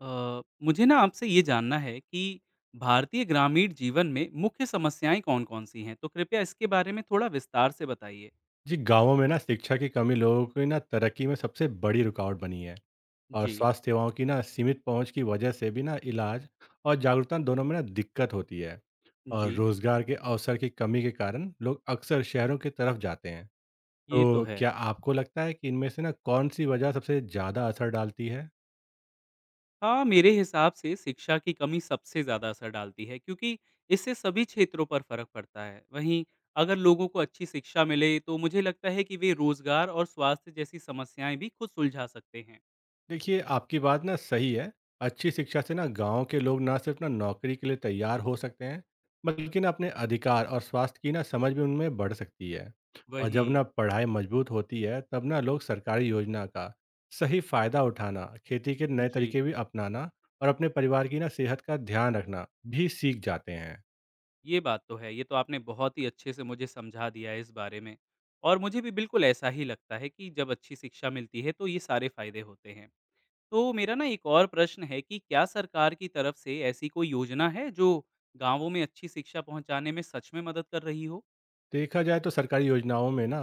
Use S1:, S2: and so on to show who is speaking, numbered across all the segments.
S1: मुझे ना आपसे ये जानना है कि भारतीय ग्रामीण जीवन में मुख्य समस्याएं कौन-कौन सी हैं? तो कृपया इसके बारे में थोड़ा विस्तार से बताइए।
S2: जी गांवों में ना शिक्षा की कमी लोगों की ना तरक्की में सबसे बड़ी रुकावट बनी है। और
S1: जी।
S2: स्वास्थ्य सेवाओं की ना सीमित पहुंच की वजह से भी ना इलाज और जागरूकता दोनों में ना दिक्कत होती है। और
S1: जी।
S2: रोजगार के अवसर की कमी के कारण लोग अक्सर शहरों की तरफ जाते हैं।
S1: ये तो
S2: तो
S1: है।
S2: क्या आपको लगता है कि इनमें से ना कौन सी वजह सबसे ज़्यादा असर डालती है?
S1: हाँ, मेरे हिसाब से शिक्षा की कमी सबसे ज़्यादा असर डालती है क्योंकि इससे सभी क्षेत्रों पर फ़र्क पड़ता है। वहीं अगर लोगों को अच्छी शिक्षा मिले तो मुझे लगता है कि वे रोज़गार और स्वास्थ्य जैसी समस्याएं भी खुद सुलझा सकते हैं।
S2: देखिए, आपकी बात ना सही है। अच्छी शिक्षा से ना गांव के लोग ना सिर्फ ना नौकरी के लिए तैयार हो सकते हैं, बल्कि ना अपने अधिकार और स्वास्थ्य की ना समझ भी उनमें बढ़ सकती है। और
S1: वही।
S2: जब ना पढ़ाई मजबूत होती है तब ना लोग सरकारी योजना का सही फायदा उठाना, खेती के नए
S1: जी।
S2: तरीके भी अपनाना और अपने परिवार की ना सेहत का ध्यान रखना भी सीख जाते हैं।
S1: ये बात तो है, ये तो आपने बहुत ही अच्छे से मुझे समझा दिया है इस बारे में। और मुझे भी बिल्कुल ऐसा ही लगता है कि जब अच्छी शिक्षा मिलती है तो ये सारे फ़ायदे होते हैं। तो मेरा ना एक और प्रश्न है कि क्या सरकार की तरफ से ऐसी कोई योजना है जो गाँवों में अच्छी शिक्षा पहुँचाने में सच में मदद कर रही हो?
S2: देखा जाए तो सरकारी योजनाओं में ना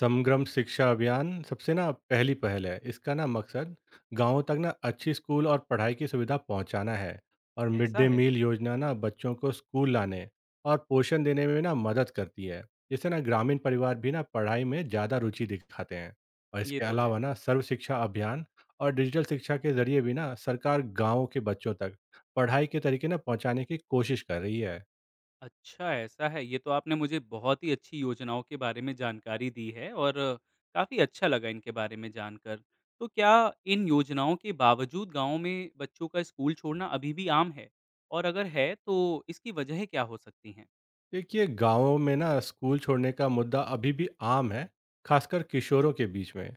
S2: समग्रम शिक्षा अभियान सबसे ना पहली पहल है। इसका ना मकसद गांवों तक ना अच्छी स्कूल और पढ़ाई की सुविधा पहुंचाना है। और मिड
S1: ऐसा
S2: डे
S1: है?
S2: मील योजना ना बच्चों को स्कूल लाने और पोषण देने में ना मदद करती है, जिससे ना ग्रामीण परिवार भी ना पढ़ाई में ज़्यादा रुचि दिखाते हैं। और
S1: ये
S2: इसके
S1: तो है।
S2: अलावा ना सर्व शिक्षा अभियान और डिजिटल शिक्षा के जरिए भी ना सरकार गांवों के बच्चों तक पढ़ाई के तरीके ना पहुंचाने की कोशिश कर रही है।
S1: अच्छा, ऐसा है। ये तो आपने मुझे बहुत ही अच्छी योजनाओं के बारे में जानकारी दी है और काफ़ी अच्छा लगा इनके बारे में जानकर। तो क्या इन योजनाओं के बावजूद गाँव में बच्चों का स्कूल छोड़ना अभी भी आम है? और अगर है, तो इसकी वजहें क्या हो सकती हैं?
S2: देखिए, गांवों में ना स्कूल छोड़ने का मुद्दा अभी भी आम है, खासकर किशोरों के बीच में।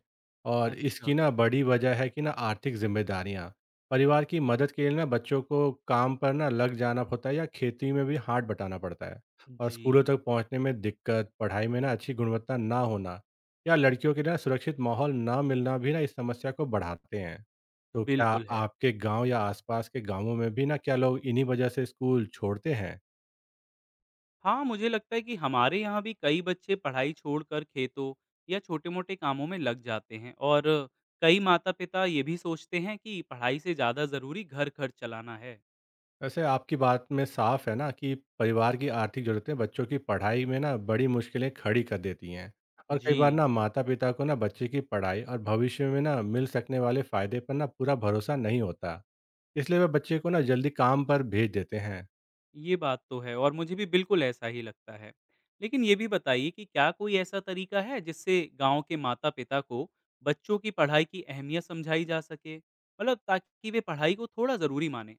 S2: और
S1: अच्छा।
S2: इसकी ना बड़ी वजह है कि ना आर्थिक जिम्मेदारियां परिवार की मदद के लिए ना बच्चों को काम पर ना लग जाना होता है या खेती में भी हाथ बटाना पड़ता है। और स्कूलों
S1: जी।
S2: तक पहुंचने में दिक्कत, पढ़ाई में ना अच्छी गुणवत्ता ना होना या लड़कियों के ना सुरक्षित माहौल ना मिलना भी ना इस समस्या को बढ़ाते हैं। तो क्या
S1: बिल्कुल है।
S2: आपके गांव या आसपास के गांवों में भी ना क्या लोग इन्हीं वजह से स्कूल छोड़ते हैं?
S1: हाँ, मुझे लगता है कि हमारे यहाँ भी कई बच्चे पढ़ाई छोड़कर खेतों या छोटे-मोटे कामों में लग जाते हैं और कई माता-पिता ये भी सोचते हैं कि पढ़ाई से ज़्यादा ज़रूरी घर खर्च चलाना है।
S2: वैसे आपकी बात में साफ है ना कि परिवार की आर्थिक ज़रूरतें बच्चों की पढ़ाई में ना बड़ी मुश्किलें खड़ी कर देती हैं। और कई बार
S1: जी।
S2: ना माता पिता को ना बच्चे की पढ़ाई और भविष्य में ना मिल सकने वाले फ़ायदे पर ना पूरा भरोसा नहीं होता, इसलिए वे बच्चे को ना जल्दी काम पर भेज देते हैं।
S1: ये बात तो है और मुझे भी बिल्कुल ऐसा ही लगता है। लेकिन ये भी बताइए कि क्या कोई ऐसा तरीका है जिससे गाँव के माता-पिता को बच्चों की पढ़ाई की अहमियत समझाई जा सके? मतलब ताकि वे पढ़ाई को थोड़ा ज़रूरी मानें।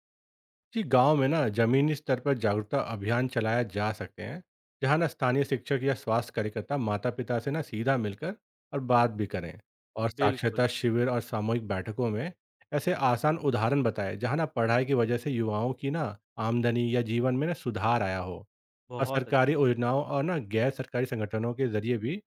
S2: जी, गांव में ना जमीनी स्तर पर जागरूकता अभियान चलाया जा सकते हैं, जहां ना स्थानीय शिक्षक या स्वास्थ्य कार्यकर्ता माता पिता से ना सीधा मिलकर और बात भी करें। और साक्षरता
S1: बिल्कुल।
S2: शिविर और सामूहिक बैठकों में ऐसे आसान उदाहरण बताएं जहां ना पढ़ाई की वजह से युवाओं की ना आमदनी या जीवन में ना सुधार आया हो। और
S1: बहुत
S2: सरकारी
S1: अच्छे।
S2: योजनाओं और ना गैर सरकारी संगठनों के जरिए भी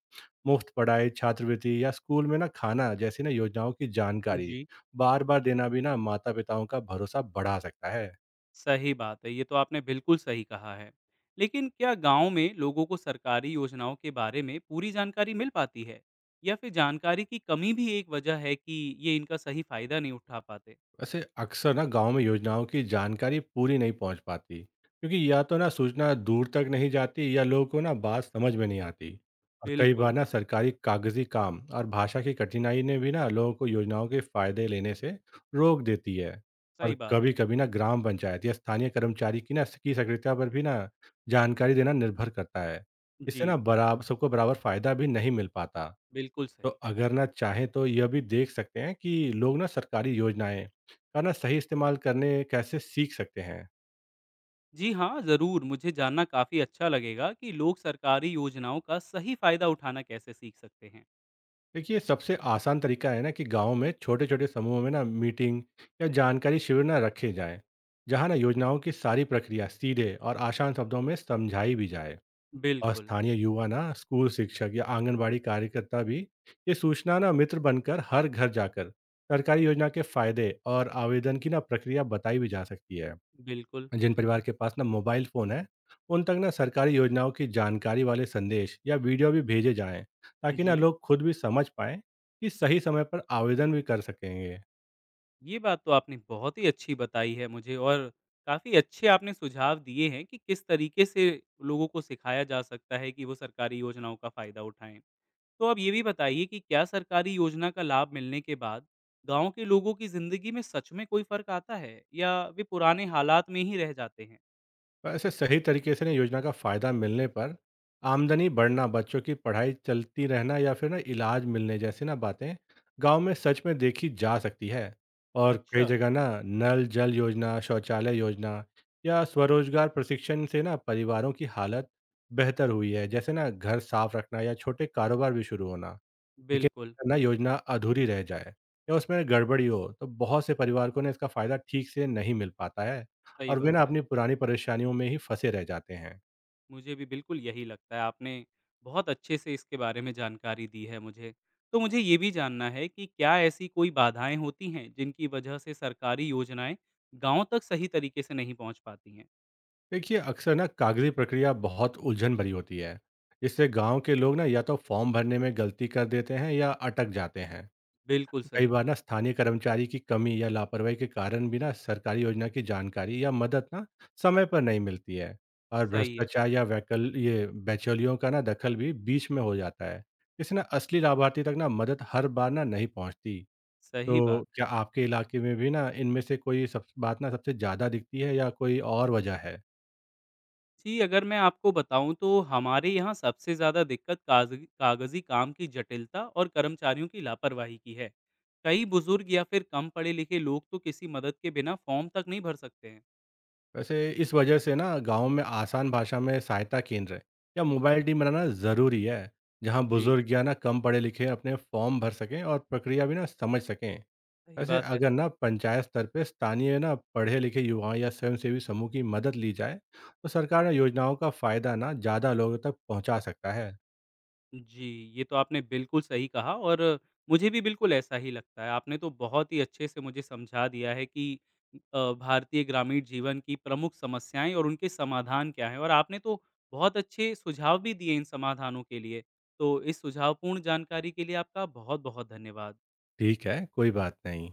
S2: मुफ्त पढ़ाई, छात्रवृत्ति या स्कूल में ना खाना जैसी ना योजनाओं की जानकारी
S1: जी।
S2: बार बार देना भी ना माता पिताओं का भरोसा बढ़ा सकता है।
S1: सही बात है, ये तो आपने बिल्कुल सही कहा है। लेकिन क्या गाँव में लोगों को सरकारी योजनाओं के बारे में पूरी जानकारी मिल पाती है? या फिर जानकारी की कमी भी एक वजह है कि ये इनका सही फ़ायदा नहीं उठा पाते?
S2: वैसे अक्सर ना गांव में योजनाओं की जानकारी पूरी नहीं पहुंच पाती, क्योंकि या तो ना सूचना दूर तक नहीं जाती या लोगों को ना बात समझ में नहीं आती। और कई
S1: बिल्कुल।
S2: बार ना सरकारी कागजी काम और भाषा की कठिनाई ने भी ना लोगों को योजनाओं के फायदे लेने से रोक देती है।
S1: सही
S2: और
S1: बात
S2: कभी
S1: है।
S2: कभी ना ग्राम पंचायत या स्थानीय कर्मचारी की ना की सक्रियता पर भी ना जानकारी देना निर्भर करता है।
S1: जी।
S2: इससे ना बराबर सबको बराबर फायदा भी नहीं मिल पाता।
S1: बिल्कुल
S2: तो
S1: सही।
S2: अगर ना चाहें तो यह भी देख सकते हैं कि लोग ना सरकारी योजनाएं का ना सही इस्तेमाल करने कैसे सीख सकते हैं।
S1: जी हाँ, ज़रूर मुझे जानना काफ़ी अच्छा लगेगा कि लोग सरकारी योजनाओं का सही फ़ायदा उठाना कैसे सीख सकते हैं।
S2: देखिए, सबसे आसान तरीका है ना कि गांव में छोटे छोटे समूहों में ना मीटिंग या जानकारी शिविर ना रखे जाएं, जहां ना योजनाओं की सारी प्रक्रिया सीधे और आसान शब्दों में समझाई भी जाए। और
S1: बिल्कुल।
S2: स्थानीय युवा ना स्कूल शिक्षक या आंगनबाड़ी कार्यकर्ता भी ये सूचना ना मित्र बनकर हर घर जाकर सरकारी योजना के फायदे और आवेदन की ना प्रक्रिया बताई भी जा सकती है।
S1: बिल्कुल।
S2: जिन परिवार के पास ना मोबाइल फ़ोन है, उन तक ना सरकारी योजनाओं की जानकारी वाले संदेश या वीडियो भी भेजे जाएँ, ताकि ना
S1: जी।
S2: लोग खुद भी समझ पाएँ कि सही समय पर आवेदन भी कर सकेंगे।
S1: ये बात तो आपने बहुत ही अच्छी बताई है मुझे और काफ़ी अच्छे आपने सुझाव दिए हैं कि किस तरीके से लोगों को सिखाया जा सकता है कि वो सरकारी योजनाओं का फ़ायदा उठाएँ। तो आप ये भी बताइए कि क्या सरकारी योजना का लाभ मिलने के बाद गांव के लोगों की जिंदगी में सच में कोई फर्क आता है या वे पुराने हालात में ही रह जाते हैं।
S2: तो ऐसे सही तरीके से ना योजना का फ़ायदा मिलने पर आमदनी बढ़ना, बच्चों की पढ़ाई चलती रहना या फिर ना इलाज मिलने जैसी ना बातें गांव में सच में देखी जा सकती है। और कई
S1: अच्छा।
S2: जगह ना नल जल योजना, शौचालय योजना या स्वरोजगार प्रशिक्षण से ना परिवारों की हालत बेहतर हुई है। जैसे ना घर साफ रखना या छोटे कारोबार भी शुरू होना। देखिए,
S1: बिल्कुल।
S2: अगर ना योजना अधूरी रह जाए या उसमें गड़बड़ी हो तो बहुत से परिवार को ना इसका फायदा ठीक से नहीं मिल पाता है,
S1: सही
S2: और वे ना
S1: बात है।
S2: अपनी पुरानी परेशानियों में ही फंसे रह जाते हैं।
S1: मुझे भी बिल्कुल यही लगता है। आपने बहुत अच्छे से इसके बारे में जानकारी दी है मुझे। तो मुझे ये भी जानना है कि क्या ऐसी कोई बाधाएं होती हैं जिनकी वजह से सरकारी योजनाएं गांव तक सही तरीके से नहीं पहुंच पाती हैं।
S2: देखिए, अक्सर ना कागजी प्रक्रिया बहुत उलझन भरी होती है, जिससे गांव के लोग ना या तो फॉर्म भरने में गलती कर देते हैं या अटक जाते हैं।
S1: बिल्कुल
S2: कई
S1: सही।
S2: बार ना स्थानीय कर्मचारी की कमी या लापरवाही के कारण भी ना सरकारी योजना की जानकारी या मदद ना समय पर नहीं मिलती है। और
S1: सही है।
S2: भ्रष्टाचार या वैकल ये बिचौलियों का ना दखल भी बीच में हो जाता है। इससे ना असली लाभार्थी तक ना मदद हर बार ना नहीं पहुंचती।
S1: सही
S2: तो
S1: बात।
S2: क्या आपके इलाके में भी ना इनमें से कोई सब बात ना सबसे ज़्यादा दिखती है या कोई और वजह है?
S1: जी, अगर मैं आपको बताऊँ तो हमारे यहाँ सबसे ज़्यादा दिक्कत काज़ी कागज़ी काम की जटिलता और कर्मचारियों की लापरवाही की है। कई बुज़ुर्ग या फिर कम पढ़े-लिखे लोग तो किसी मदद के बिना फ़ॉर्म तक नहीं भर सकते हैं।
S2: वैसे इस वजह से ना गांव में आसान भाषा में सहायता केंद्र या मोबाइल टीम बनाना ज़रूरी है, जहां
S1: जी।
S2: बुजुर्ग या ना कम पढ़े लिखे अपने फॉर्म भर सकें और प्रक्रिया भी ना समझ सकें।
S1: सही
S2: वैसे
S1: बात है।
S2: अगर ना पंचायत स्तर पे स्थानीय ना पढ़े लिखे युवाओं या स्वयंसेवी समूह की मदद ली जाए तो सरकार ना योजनाओं का फायदा ना ज़्यादा लोगों तक पहुंचा सकता है।
S1: जी, ये तो आपने बिल्कुल सही कहा और मुझे भी बिल्कुल ऐसा ही लगता है। आपने तो बहुत ही अच्छे से मुझे समझा दिया है कि अ, भारतीय ग्रामीण जीवन की प्रमुख समस्याएँ और उनके समाधान क्या हैं और आपने तो बहुत अच्छे सुझाव भी दिए इन समाधानों के लिए। तो इस सुझावपूर्ण जानकारी के लिए आपका बहुत-बहुत धन्यवाद।
S2: ठीक है, कोई बात नहीं।